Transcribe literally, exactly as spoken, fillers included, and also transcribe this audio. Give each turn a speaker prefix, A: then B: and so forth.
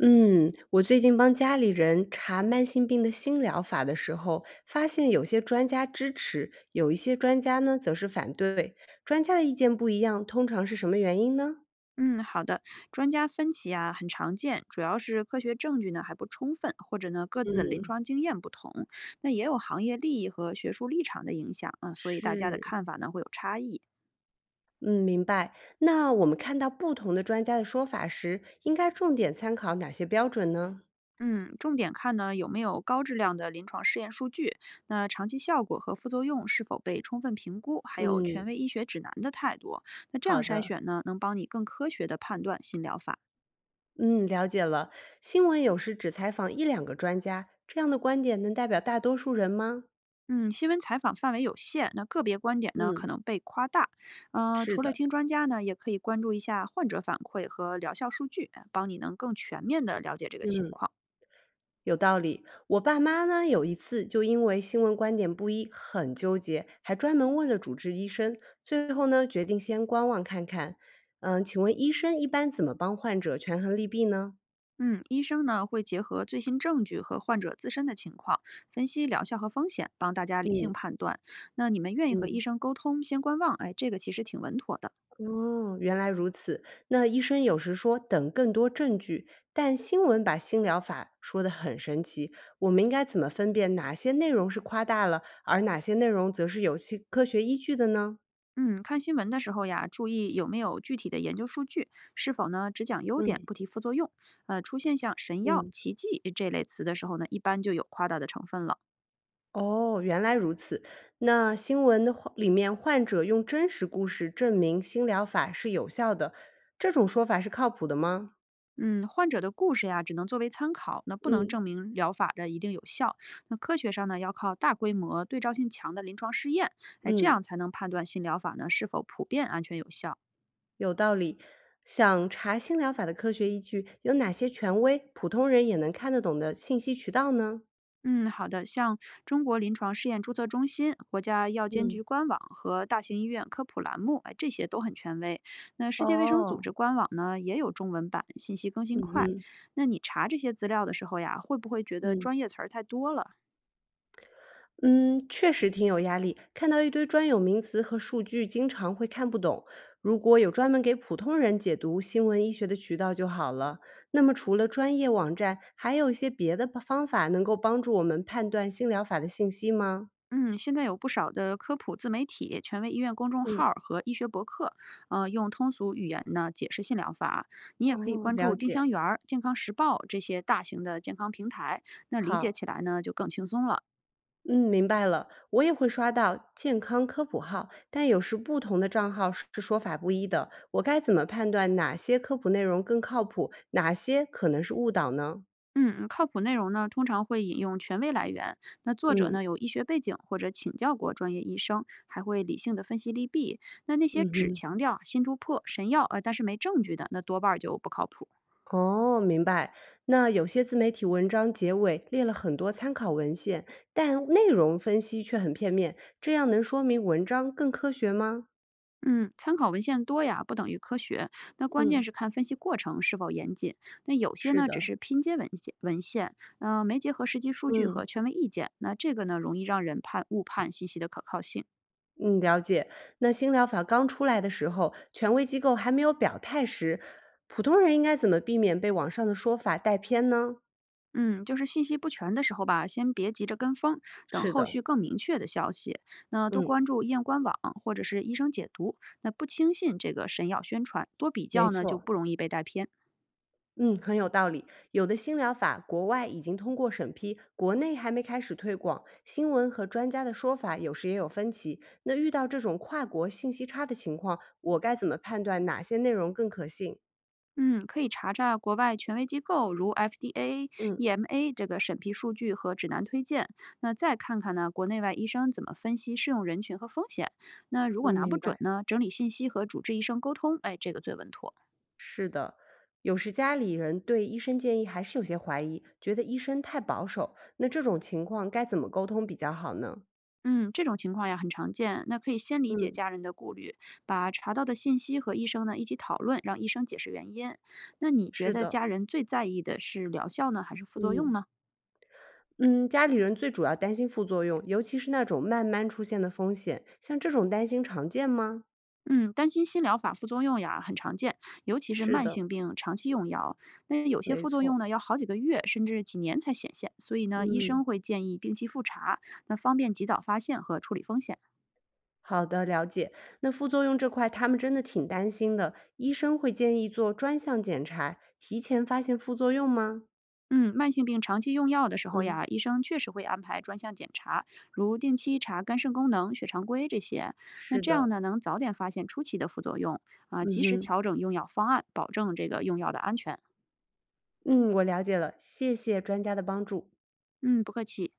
A: 嗯，我最近帮家里人查慢性病的新疗法的时候，发现有些专家支持，有一些专家呢则是反对。专家的意见不一样，通常是什么原因呢？
B: 嗯，好的。专家分歧啊，很常见，主要是科学证据呢还不充分，或者呢各自的临床经验不同，那也有行业利益和学术立场的影响啊，所以大家的
A: 是，
B: 看法呢会有差异。
A: 嗯，明白。那我们看到不同的专家的说法时，应该重点参考哪些标准呢？
B: 嗯，重点看呢有没有高质量的临床试验数据，那长期效果和副作用是否被充分评估，还有权
A: 嗯，
B: 威医学指南的态度。那这
A: 好
B: 样筛
A: 的，
B: 选呢，能帮你更科学的判断新疗法。
A: 嗯，了解了。新闻有时只采访一两个专家，这样的观点能代表大多数人吗？
B: 嗯，新闻采访范围有限，那个别观点呢可
A: 嗯，
B: 能被夸大。呃，
A: 是
B: 除了
A: 的，
B: 听专家呢，也可以关注一下患者反馈和疗效数据，帮你能更全面的了解这个情
A: 嗯。
B: 况。
A: 有道理。我爸妈呢，有一次就因为新闻观点不一很纠结，还专门问了主治医生，最后呢决定先观望看看。嗯，请问医生一般怎么帮患者权衡利弊呢？
B: 嗯，医生呢会结合最新证据和患者自身的情况，分析疗效和风险，帮大家理性
A: 嗯
B: 判断。那你们愿意和
A: 嗯，
B: 医生沟通，先观望，哎，这个其实挺稳妥的。
A: 哦，原来如此。那医生有时说等更多证据，但新闻把新疗法说得很神奇，我们应该怎么分辨哪些内容是夸大了，而哪些内容则是有其科学依据的呢？
B: 嗯，看新闻的时候呀，注意有没有具体的研究数据，是否呢只讲优点
A: 嗯
B: 不提副作用。呃，出现像"神药”
A: 嗯。
B: “奇迹"这类词的时候呢，一般就有夸大的成分了。
A: 哦，原来如此。那新闻的话里面，患者用真实故事证明新疗法是有效的，这种说法是靠谱的吗？
B: 嗯，患者的故事呀，只能作为参考，那不能
A: 嗯
B: 证明疗法的一定有效。那科学上呢，要靠大规模、对照性强的临床试验，哎，这样
A: 嗯，
B: 才能判断新疗法呢是否普遍安全有效。
A: 有道理。想查新疗法的科学依据，有哪些权威、普通人也能看得懂的信息渠道呢？
B: 嗯，好的。像中国临床试验注册中心、国家药监
A: 嗯，
B: 局官网和大型医院科普栏目，哎，这些都很权威。那世界卫生组
A: 哦，
B: 织官网呢，也有中文版，信息更新
A: 嗯
B: 快。
A: 嗯
B: 那你查这些资料的时候呀，会不会觉得
A: 嗯。
B: 专业词儿太多了？
A: 嗯，确实挺有压力。看到一堆专有名词和数据，经常会看不懂。如果有专门给普通人解读新闻医学的渠道就好了。那么，除了专业网站，还有一些别的吧方法能够帮助我们判断新疗法的信息吗？
B: 嗯，现在有不少的科普自媒体、权威医院公众号
A: 嗯，
B: 儿和医学博客，呃，用通俗语言呢解释性疗法。你
A: 哦，
B: 也可以关
A: 了
B: 注丁
A: 解。
B: 香园儿健康时报这些大型的健康平台，那理解
A: 好，
B: 起来呢就更轻松了。
A: 嗯，明白了。我也会刷到健康科普号，但有时不同的账号是说法不一的。我该怎么判断哪些科普内容更靠谱，哪些可能是误导呢？
B: 嗯，靠谱内容呢，通常会引用权威来源。那作者
A: 嗯。
B: 呢有医学背景或者请教过专业医生，还会理性的分析利弊。那那些
A: 嗯
B: 只
A: 哼，
B: 强调新突破、神药，呃，但是没证据的，那多半儿就不靠谱。
A: 哦，明白。那有些自媒体文章结尾列了很多参考文献，但内容分析却很片面，这样能说明文章更科学吗？
B: 嗯，参考文献多呀，不等于科学。那关键
A: 嗯
B: 是看分析过程是否严谨。那有些
A: 是
B: 呢只
A: 的，
B: 是拼接文献，文献，嗯、没结合实际数据和
A: 嗯，
B: 权威意见。那这个呢容易让人判误判信息的可靠性。
A: 嗯，了解。那新疗法刚出来的时候，权威机构还没有表态时，普通人应该怎么避免被网上的说法带偏呢？
B: 嗯，就是信息不全的时候吧，先别急着跟风，等
A: 是
B: 后
A: 的，
B: 续更明确的消息。那多
A: 嗯，
B: 关注医院官网或者是医生解读，那不轻信这个神药宣传，多比
A: 没
B: 较呢就
A: 错。
B: 不容易被带偏。
A: 嗯，很有道理。有的新疗法国外已经通过审批，国内还没开始推广。新闻和专家的说法有时也有分歧。那遇到这种跨国信息差的情况，我该怎么判断哪些内容更可信？
B: 嗯，可以查查国外权威机构如 F D A、
A: 嗯
B: E M A 这个审批数据和指南推荐，那再看看呢国内外医生怎么分析适用人群和风险。那如
A: 嗯，
B: 果拿不
A: 明
B: 准
A: 白。
B: 呢，整理信息和主治医生沟通，哎，这个最稳妥。
A: 有时家里人对医生建议还是有些怀疑，觉得医生太保守。那这种情况该怎么沟通比较好呢？
B: 嗯，这种情况呀很常见。那可以先理解
A: 嗯，
B: 家人的顾虑，把查到的信息和医生呢一起讨论，让医生解释原因。那你觉
A: 是
B: 得
A: 的，
B: 家人最在意的是疗效呢，还是副作用
A: 嗯。
B: 呢？
A: 嗯，家里人最主要担心副作用，尤其是那种慢慢出现的风险，像这种担心常见吗？
B: 嗯，担心新疗法副作用呀很常见，尤其是
A: 是
B: 慢
A: 的，
B: 性病长期用药。那有些
A: 没
B: 副作
A: 错。
B: 用呢要好几个月甚至几年才显现，所以呢医
A: 嗯，
B: 生会建议定期复查，那方便及早发现和处理风险。
A: 好的，了解。那副作用这块，他们真的挺担心的。医生会建议做专项检查，提前发现副作用吗？
B: 嗯，慢性病长期用药的时候
A: 嗯，
B: 呀，医生确实会安排专项检查，如定期查肝肾功能、血常规这些。那
A: 是
B: 这样
A: 的。
B: 呢，能早点发现初期的副作用啊，
A: 嗯
B: 及时
A: 哼，
B: 调整用药方案，保证这个用药的安全。
A: 嗯，我了解了，谢谢专家的帮助。
B: 嗯，不客气。